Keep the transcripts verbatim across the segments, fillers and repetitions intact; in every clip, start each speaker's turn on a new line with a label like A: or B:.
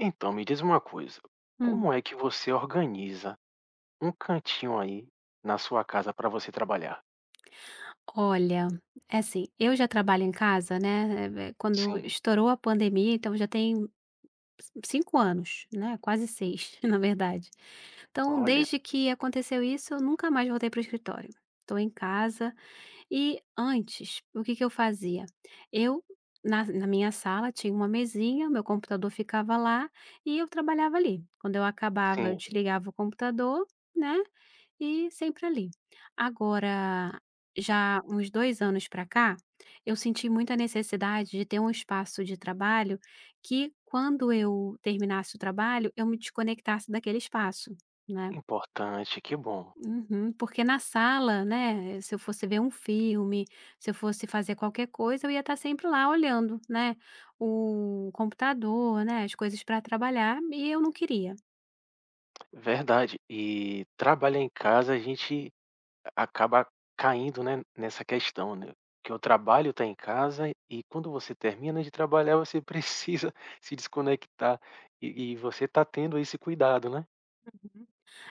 A: Então, me diz uma coisa,
B: Hum,
A: como é que você organiza um cantinho aí na sua casa para você trabalhar?
B: olha, é assim, eu já trabalho em casa, né, eh, eh, quando
A: Sim,
B: estourou a pandemia, então já tem cinco anos, né, quase seis, na verdade. Então,
A: olha,
B: desde que aconteceu isso, eu nunca mais voltei para o escritório. Estou em casa e antes, o que que eu fazia? Eu, na na minha sala, tinha uma mesinha, meu computador ficava lá e eu trabalhava ali. Quando eu acabava, eu
A: sim,
B: desligava o computador, né. E sempre ali. Agora, já uns dois anos para cá, eu senti muita necessidade de ter um espaço de trabalho que quando eu terminasse o trabalho, eu me desconectasse daquele espaço, né.
A: importante, que bom.
B: Uhum. Porque na sala, né, se eu fosse ver um filme, se eu fosse fazer qualquer coisa, eu ia estar sempre lá olhando, né, o computador, né, as coisas para trabalhar e eu não queria.
A: Verdade. E trabalhar em casa a gente acaba caindo, né, nessa questão, né? Que o trabalho está em casa e quando você termina de trabalhar, você precisa se desconectar e, e você está tendo esse cuidado, né?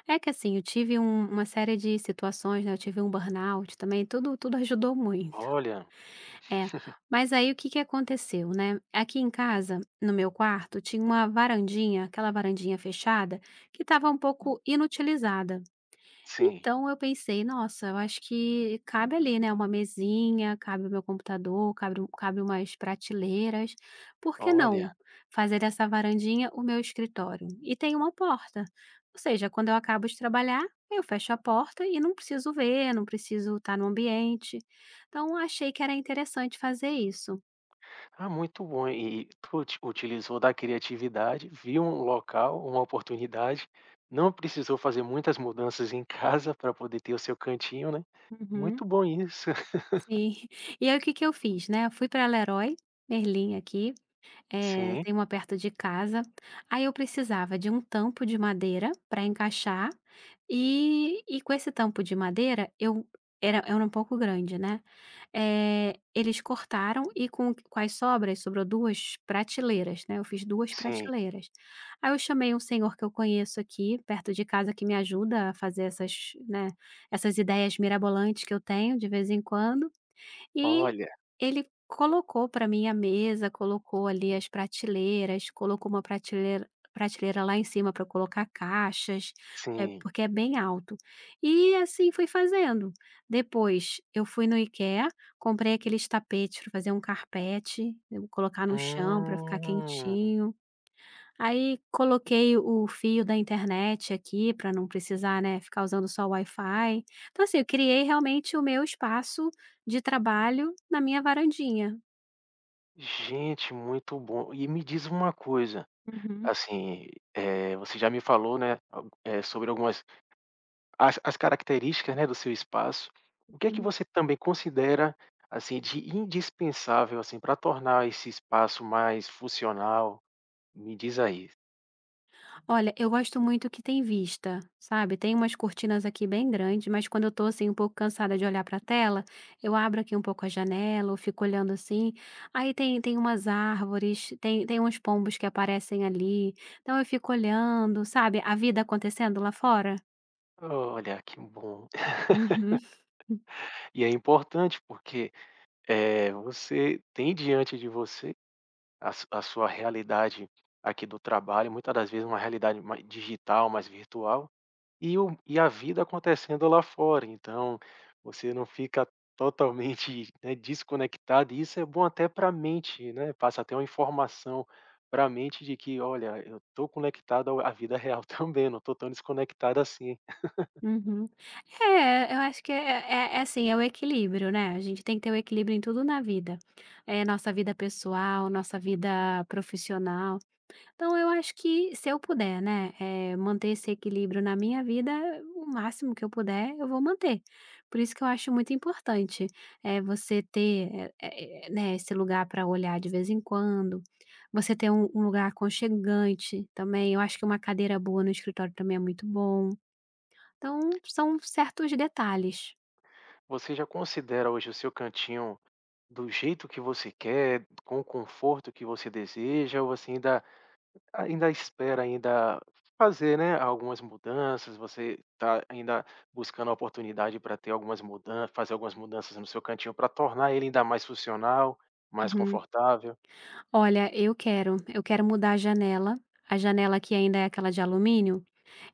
B: É que assim, eu tive um uma série de situações, né, eu tive um burnout também, tudo tudo ajudou muito.
A: Olha,
B: É, mas aí o que que aconteceu, né, aqui em casa, no meu quarto, tinha uma varandinha, aquela varandinha fechada, que estava um pouco inutilizada.
A: sim,
B: Então eu pensei: "Nossa, eu acho que cabe ali, né, uma mesinha, cabe o meu computador, cabe um cabe umas prateleiras. Por que não
A: olha.
B: fazer dessa varandinha o meu escritório?" E tem uma porta, ou seja, quando eu acabo de trabalhar, eu fecho a porta e não preciso ver, não preciso estar no ambiente. Então achei que era interessante fazer isso.
A: Ah, muito bom. E tu uti utilizou da criatividade, viu um local, uma oportunidade, não precisou fazer muitas mudanças em casa para poder ter o seu cantinho, né.
B: Uhum,
A: Muito bom isso.
B: sim. E aí o que que eu fiz, né, eu fui pra Leroy Merlin aqui. Eh,
A: Sim,
B: tem uma perto de casa. Aí eu precisava de um tampo de madeira para encaixar e e com esse tampo de madeira eu era era um pouco grande, né, eh, eles cortaram e com com as sobras sobrou duas prateleiras, né, eu fiz duas
A: sim.
B: prateleiras. Aí eu chamei um senhor que eu conheço aqui perto de casa que me ajuda a fazer essas, né, essas ideias mirabolantes que eu tenho de vez em quando, e
A: Olha,
B: ele colocou para mim a mesa, colocou ali as prateleiras, colocou uma prateleira prateleira lá em cima para colocar caixas, eh,
A: sim.
B: porque é bem alto. E assim fui fazendo. Depois eu fui no IKEA, comprei aqueles tapetes para fazer um carpete, eu vou colocar no chão para ficar
A: Hum.
B: quentinho. Aí coloquei o fio da internet aqui para não precisar, né, ficar usando só o Wi-Fi. Então, assim, eu criei realmente o meu espaço de trabalho na minha varandinha.
A: Gente, muito bom. E me diz uma coisa,
B: Uhum,
A: assim, eh, você já me falou, né, algu eh, sobre algumas As as características, né, do seu espaço, o que é que
B: uhum.
A: você também considera, assim, de indispensável, assim, para tornar esse espaço mais funcional? Me diz aí.
B: Olha, eu gosto muito que tem vista, sabe, tem umas cortinas aqui bem grandes, mas quando eu tô, assim, um pouco cansada de olhar para a tela, eu abro aqui um pouco a janela eu fico olhando assim, aí tem tem umas árvores, tem tem uns pombos que aparecem ali, então eu fico olhando, sabe, a vida acontecendo lá fora.
A: Olha, que bom.
B: Uhum,
A: E é importante porque, eh, você tem diante de você a su a sua realidade aqui do trabalho, muitas das vezes uma realidade mais digital, mais virtual. E o e a vida acontecendo lá fora, então você não fica totalmente, né, desconectado e isso é bom até para a mente, né, passa até uma informação para a mente de que: "Olha, eu estou conectado ao à vida real também, não estou tão desconectado assim".
B: uhum. É, eu acho que é é é assim, é o equilíbrio, né, a gente tem que ter o equilíbrio em tudo na vida, é nossa vida pessoal, nossa vida profissional, então eu acho que se eu puder, né, é manter esse equilíbrio na minha vida, o máximo que eu puder eu vou manter. Por isso que eu acho muito importante, é você ter, eh eh, né, esse lugar para olhar de vez em quando, você ter um um lugar aconchegante também, eu acho que uma cadeira boa no escritório também é muito bom. Então, são certos detalhes.
A: Você já considera hoje o seu cantinho do jeito que você quer, com o conforto que você deseja ou você ainda ainda espera ainda fazer, né, algumas mudanças, você está ainda buscando a oportunidade para ter algumas mudanças fazer algumas mudanças no seu cantinho para tornar ele ainda mais funcional, mais
B: Uhum.
A: confortável.
B: Olha, eu quero, eu quero mudar a janela. A janela aqui ainda é aquela de alumínio,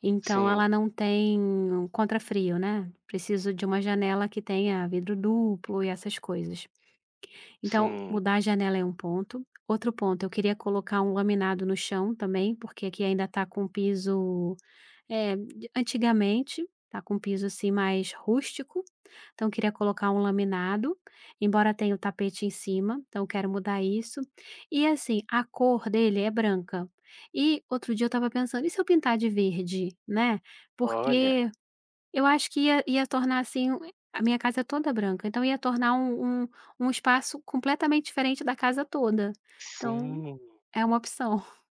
B: então
A: Sim,
B: ela não tem um contrafrio, né. Preciso de uma janela que tenha vidro duplo e essas coisas. Então,
A: sim.
B: mudar a janela é um ponto. Outro ponto, eu queria colocar um laminado no chão também, porque aqui ainda tá com piso. É, de antigamente, tá com um piso, assim, mais rústico, então queria colocar um laminado, embora tenha o tapete em cima, então quero mudar isso. E, assim, a cor dele é branca. E outro dia eu estava pensando: "E se eu pintar de verde?", né,
A: Olha,
B: porque eu acho que ia ia tornar, assim, um, a minha casa é toda branca, então ia tornar um um um espaço completamente diferente da casa toda. Então
A: sim,
B: é uma opção.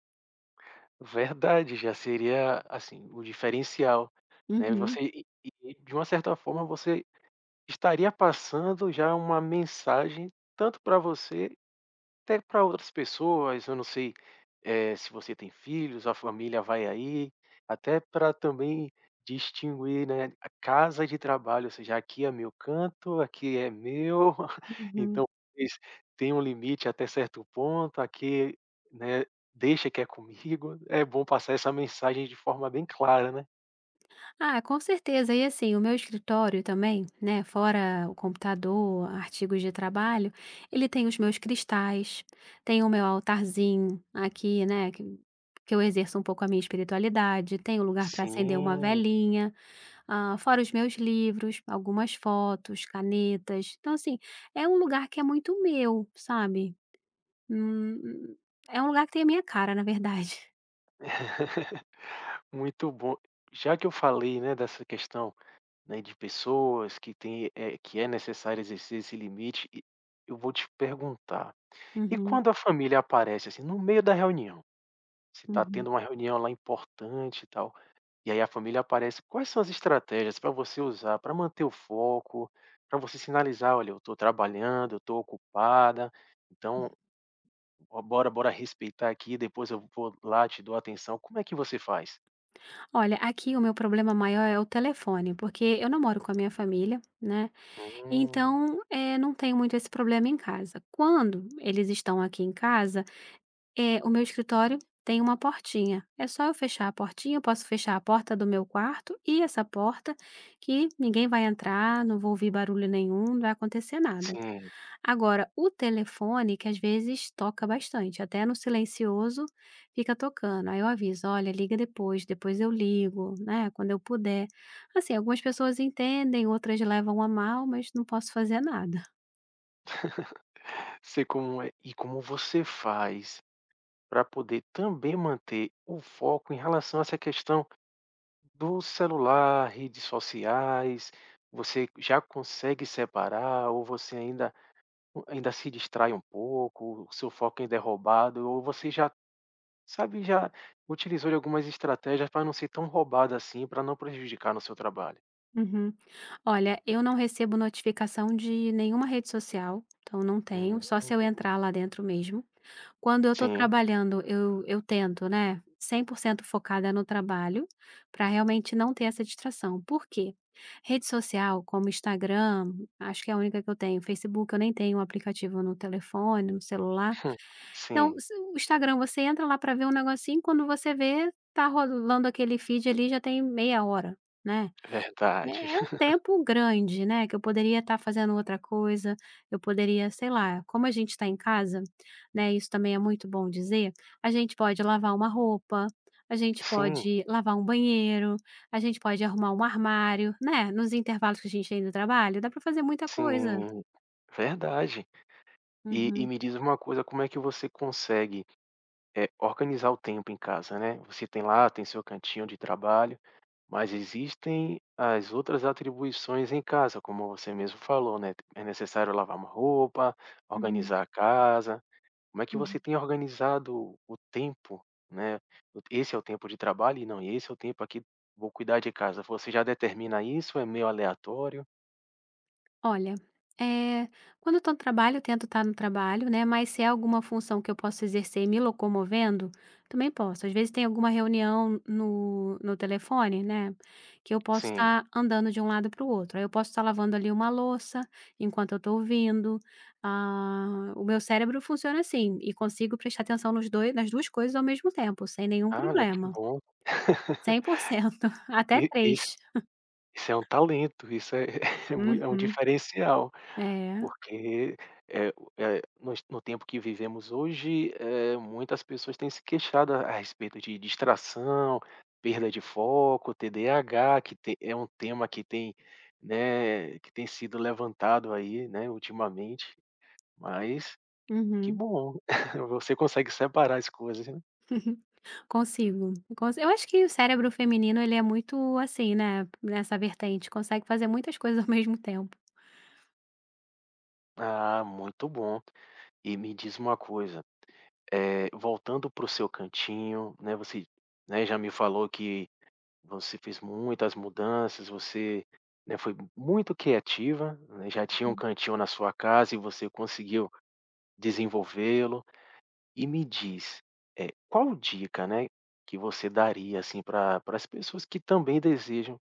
A: verdade, já seria, assim, o diferencial, né,
B: Uhum,
A: você e e de uma certa forma você estaria passando já uma mensagem tanto para você, até para outras pessoas, eu não sei. Eh, se você tem filhos, a família vai aí, até para também distinguir, né, a casa de trabalho, ou seja, aqui é meu canto, aqui é meu,
B: uhum.
A: então eles têm um limite até certo ponto, aqui, né, deixa que é comigo, é bom passar essa mensagem de forma bem clara, né.
B: Ah, com certeza. E assim, o meu escritório também, né, fora o computador, artigos de trabalho, ele tem os meus cristais, tem o meu altarzinho aqui, né, que, que eu exerço um pouco a minha espiritualidade, tem o lugar para acender uma
A: Sim,
B: velinha, ah, fora os meus livros, algumas fotos, canetas. Então, assim, é um lugar que é muito meu, sabe? Hum, É um lugar que tem a minha cara, na verdade.
A: muito bom. Já que eu falei, né, dessa questão, né, de pessoas que têm, eh, que é necessário exercer esse limite, e eu vou te perguntar. E
B: Uhum,
A: quando a família aparece, assim, no meio da reunião, se está
B: uhum.
A: tendo uma reunião lá importante e tal, e aí a família aparece, quais são as estratégias para você usar para manter o foco, para você sinalizar: "Olha, eu estou trabalhando, eu estou ocupada, então bo bora bora respeitar aqui, depois eu vou lá, te dou atenção". Como é que você faz?
B: Olha, aqui o meu problema maior é o telefone, porque eu não moro com a minha família, né?
A: Hum,
B: Então, eh, não tenho muito esse problema em casa. Quando eles estão aqui em casa, é, o meu escritório tem uma portinha. É só eu fechar a portinha, eu posso fechar a porta do meu quarto e essa porta que ninguém vai entrar, não vou ouvir barulho nenhum, não vai acontecer nada.
A: sim,
B: Agora, o telefone, que às vezes toca bastante, até no silencioso fica tocando. Aí eu aviso: olha, liga depois, depois eu ligo, né? Quando eu puder. Assim, algumas pessoas entendem, outras levam a mal, mas não posso fazer nada.
A: sei como é. E como você faz para poder também manter o foco em relação a essa questão do celular, redes sociais, você já consegue separar ou você ainda ainda se distrai um pouco, o seu foco ainda é roubado ou você já, sabe, já utilizou de algumas estratégias para não ser tão roubado assim, para não prejudicar no seu trabalho?
B: Uhum. Olha, eu não recebo notificação de nenhuma rede social, então não tenho,
A: Hum,
B: só se eu entrar lá dentro mesmo. Quando eu estou
A: sim,
B: trabalhando, eu eu tento, né, cem por cento focada no trabalho, para realmente não ter essa distração. Por quê? Rede social, como Instagram, acho que é a única que eu tenho, Facebook eu nem tenho um aplicativo no telefone, no celular. Então,
A: sim,
B: se o Instagram, você entra lá para ver um negocinho, quando você vê, tá rolando aquele feed ali, já tem meia hora, né.
A: verdade.
B: É é um tempo grande, né, que eu poderia estar fazendo outra coisa, eu poderia, sei lá, como a gente está em casa, né, isso também é muito bom dizer, a gente pode lavar uma roupa, a gente
A: Sim,
B: pode lavar um banheiro, a gente pode arrumar um armário, né, nos intervalos que a gente tem no trabalho, dá para fazer muita coisa.
A: sim, verdade. E e
B: Uhum,
A: me diz uma coisa, como é que você consegue é, organizar o tempo em casa, né. Você tem lá, tem seu cantinho de trabalho, mas existem as outras atribuições em casa, como você mesmo falou, né, é necessário lavar uma roupa,
B: uhum,
A: organizar a casa. Como é que você
B: uhum.
A: tem organizado o tempo, né? Esse é o tempo de trabalho e não, esse é o tempo aqui vou cuidar de casa. Você já determina isso, é meio aleatório?
B: Olha, eh, quando eu tô no trabalho, eu tento estar no trabalho, né, mas se é alguma função que eu posso exercer me locomovendo, também posso. Às vezes tem alguma reunião no no telefone, né, que eu posso
A: Sim.
B: estar andando de um lado para o outro. Aí eu posso estar lavando ali uma louça enquanto eu estou ouvindo. Ah, o meu cérebro funciona assim e consigo prestar atenção nos dois nas duas coisas ao mesmo tempo, sem nenhum
A: Ah, olha, que
B: problema.
A: bom.
B: Cem por cento. Até
A: E isso
B: três.
A: isso é um talento, isso é é mui é um
B: Uhum.
A: diferencial.
B: É.
A: Porque, eh o eh, nos no tempo que vivemos hoje, eh, muitas pessoas têm se queixado a a respeito de distração, perda de foco, T D A H, que te é um tema que tem, né, que tem sido levantado aí, né, ultimamente, mas que
B: Uhum.
A: bom, você consegue separar as coisas, né.
B: Uhum. Consigo, consi eu acho que o cérebro feminino ele é muito assim, né, nessa vertente, consegue fazer muitas coisas ao mesmo tempo.
A: Ah, muito bom. E me diz uma coisa, eh, voltando para o seu cantinho, né, você, né, já me falou que você fez muitas mudanças, você, né, foi muito criativa, né, já tinha um
B: Uhum.
A: cantinho na sua casa e você conseguiu desenvolvê-lo. E me diz, eh, qual dica, né, que você daria, assim, pra para as pessoas que também desejam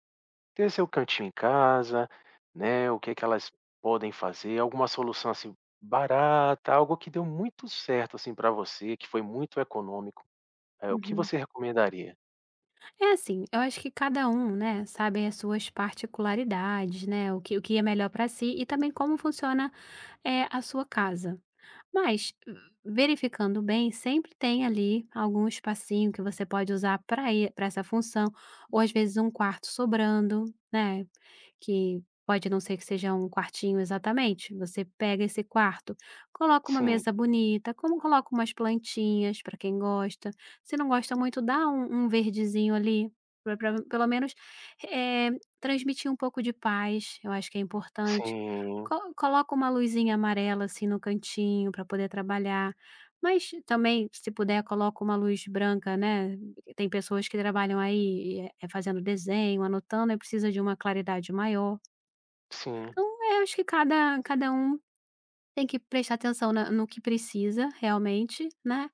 A: ter seu cantinho em casa, né, o que é que elas podem fazer? Alguma solução, assim, barata, algo que deu muito certo, assim, para você, que foi muito econômico. Eh, o que
B: Uhum.
A: você recomendaria?
B: É assim, eu acho que cada um, né, sabe as suas particularidades, né, o que o que é melhor para si e também como funciona, é a sua casa. Mas, verificando bem, sempre tem ali algum espacinho que você pode usar para e pra essa função, ou às vezes um quarto sobrando, né, que pode não ser que seja um quartinho exatamente, você pega esse quarto, coloca uma
A: Sim,
B: mesa bonita, como coloca umas plantinhas para quem gosta, se não gosta muito dá um um verdezinho ali, pra pra pelo menos, eh, transmitir um pouco de paz, eu acho que é importante.
A: sim,
B: Co coloca uma luzinha amarela, assim, no cantinho para poder trabalhar, mas também, se puder, coloca uma luz branca, né, tem pessoas que trabalham aí, eh, fazendo desenho, anotando, aí precisa de uma claridade maior.
A: sim.
B: Então, eu acho que cada cada um tem que prestar atenção na no que precisa realmente, né,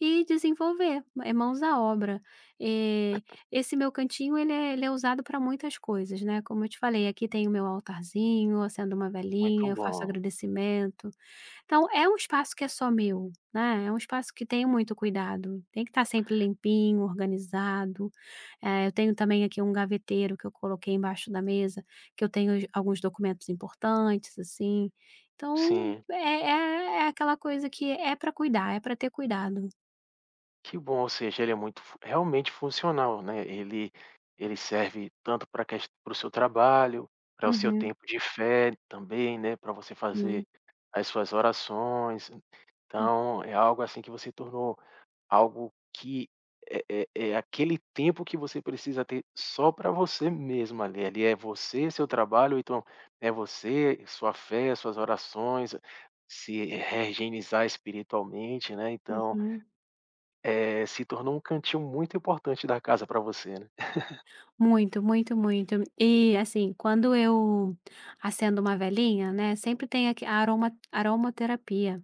B: e desenvolver, é mãos à obra. Eh, esse meu cantinho ele é ele é usado para muitas coisas, né, como eu te falei, aqui tem o meu altarzinho, acendo uma
A: Muito
B: velhinha, eu faço
A: bom.
B: agradecimento. Então é um espaço que é só meu, né, é um espaço que tem muito cuidado, tem que estar sempre limpinho, organizado. Eh, eu tenho também aqui um gaveteiro que eu coloquei embaixo da mesa, que eu tenho os alguns documentos importantes, assim. Então
A: Sim,
B: é é é aquela coisa que é para cuidar, é para ter cuidado.
A: que bom, ou seja, ele é muito fu realmente funcional, né, ele ele serve tanto pra para o seu trabalho, para o seu
B: Uhum.
A: tempo de fé também, né, para você
B: Hum.
A: fazer as suas orações,
B: Hum.
A: então é algo assim que você tornou algo que é é é aquele tempo que você precisa ter só para você mesmo ali. Ali é você, seu trabalho, ou então é você, sua fé, suas orações, se reorganizar espiritualmente, né. Então,
B: Uhum.
A: é se tornou um cantinho muito importante da casa para você, né.
B: Muito, muito, muito. E, assim, quando eu acendo uma velhinha, né, sempre tem aqui a aroma aromaterapia.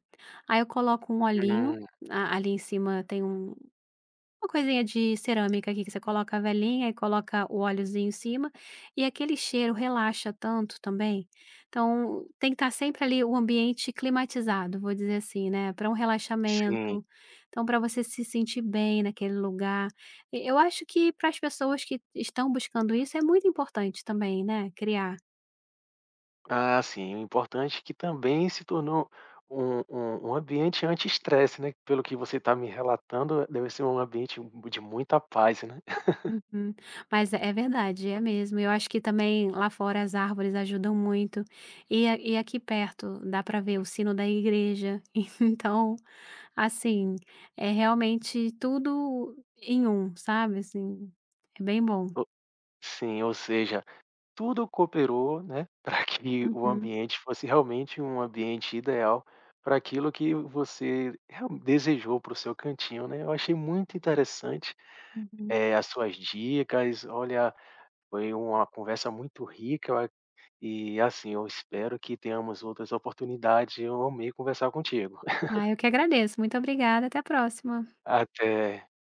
B: Aí eu coloco um olhinho,
A: Hum,
B: a ali em cima tem um uma coisinha de cerâmica aqui que você coloca a velhinha e coloca o óleozinho em cima, e aquele cheiro relaxa tanto também. Então, tem que estar sempre ali o ambiente climatizado, vou dizer assim, né, para um
A: sim.
B: relaxamento, então para você se sentir bem naquele lugar. E eu acho que para as pessoas que estão buscando isso é muito importante também, né, criar.
A: Ah, sim. O importante é que também se tornou um um um ambiente estresse né. Pelo que você está me relatando, deve ser um ambiente de muita paz, né.
B: Uhum. Mas é é verdade, é mesmo. Eu acho que também lá fora as árvores ajudam muito. E, a- e aqui perto dá para ver o sino da igreja. Então, assim, é realmente tudo em um, sabe? Assim, é bem bom.
A: Sim, ou seja, tudo cooperou, né, para que o
B: Uhum,
A: ambiente fosse realmente um ambiente ideal para aquilo que você real desejou para o seu cantinho, né. Eu achei muito interessante,
B: uhum.
A: eh, as suas dicas. Olha, foi uma conversa muito rica, eu a e assim, eu espero que tenhamos outras oportunidades. Eu amei conversar contigo.
B: Ah, eu que agradeço. Muito obrigada. Até a próxima.
A: Até.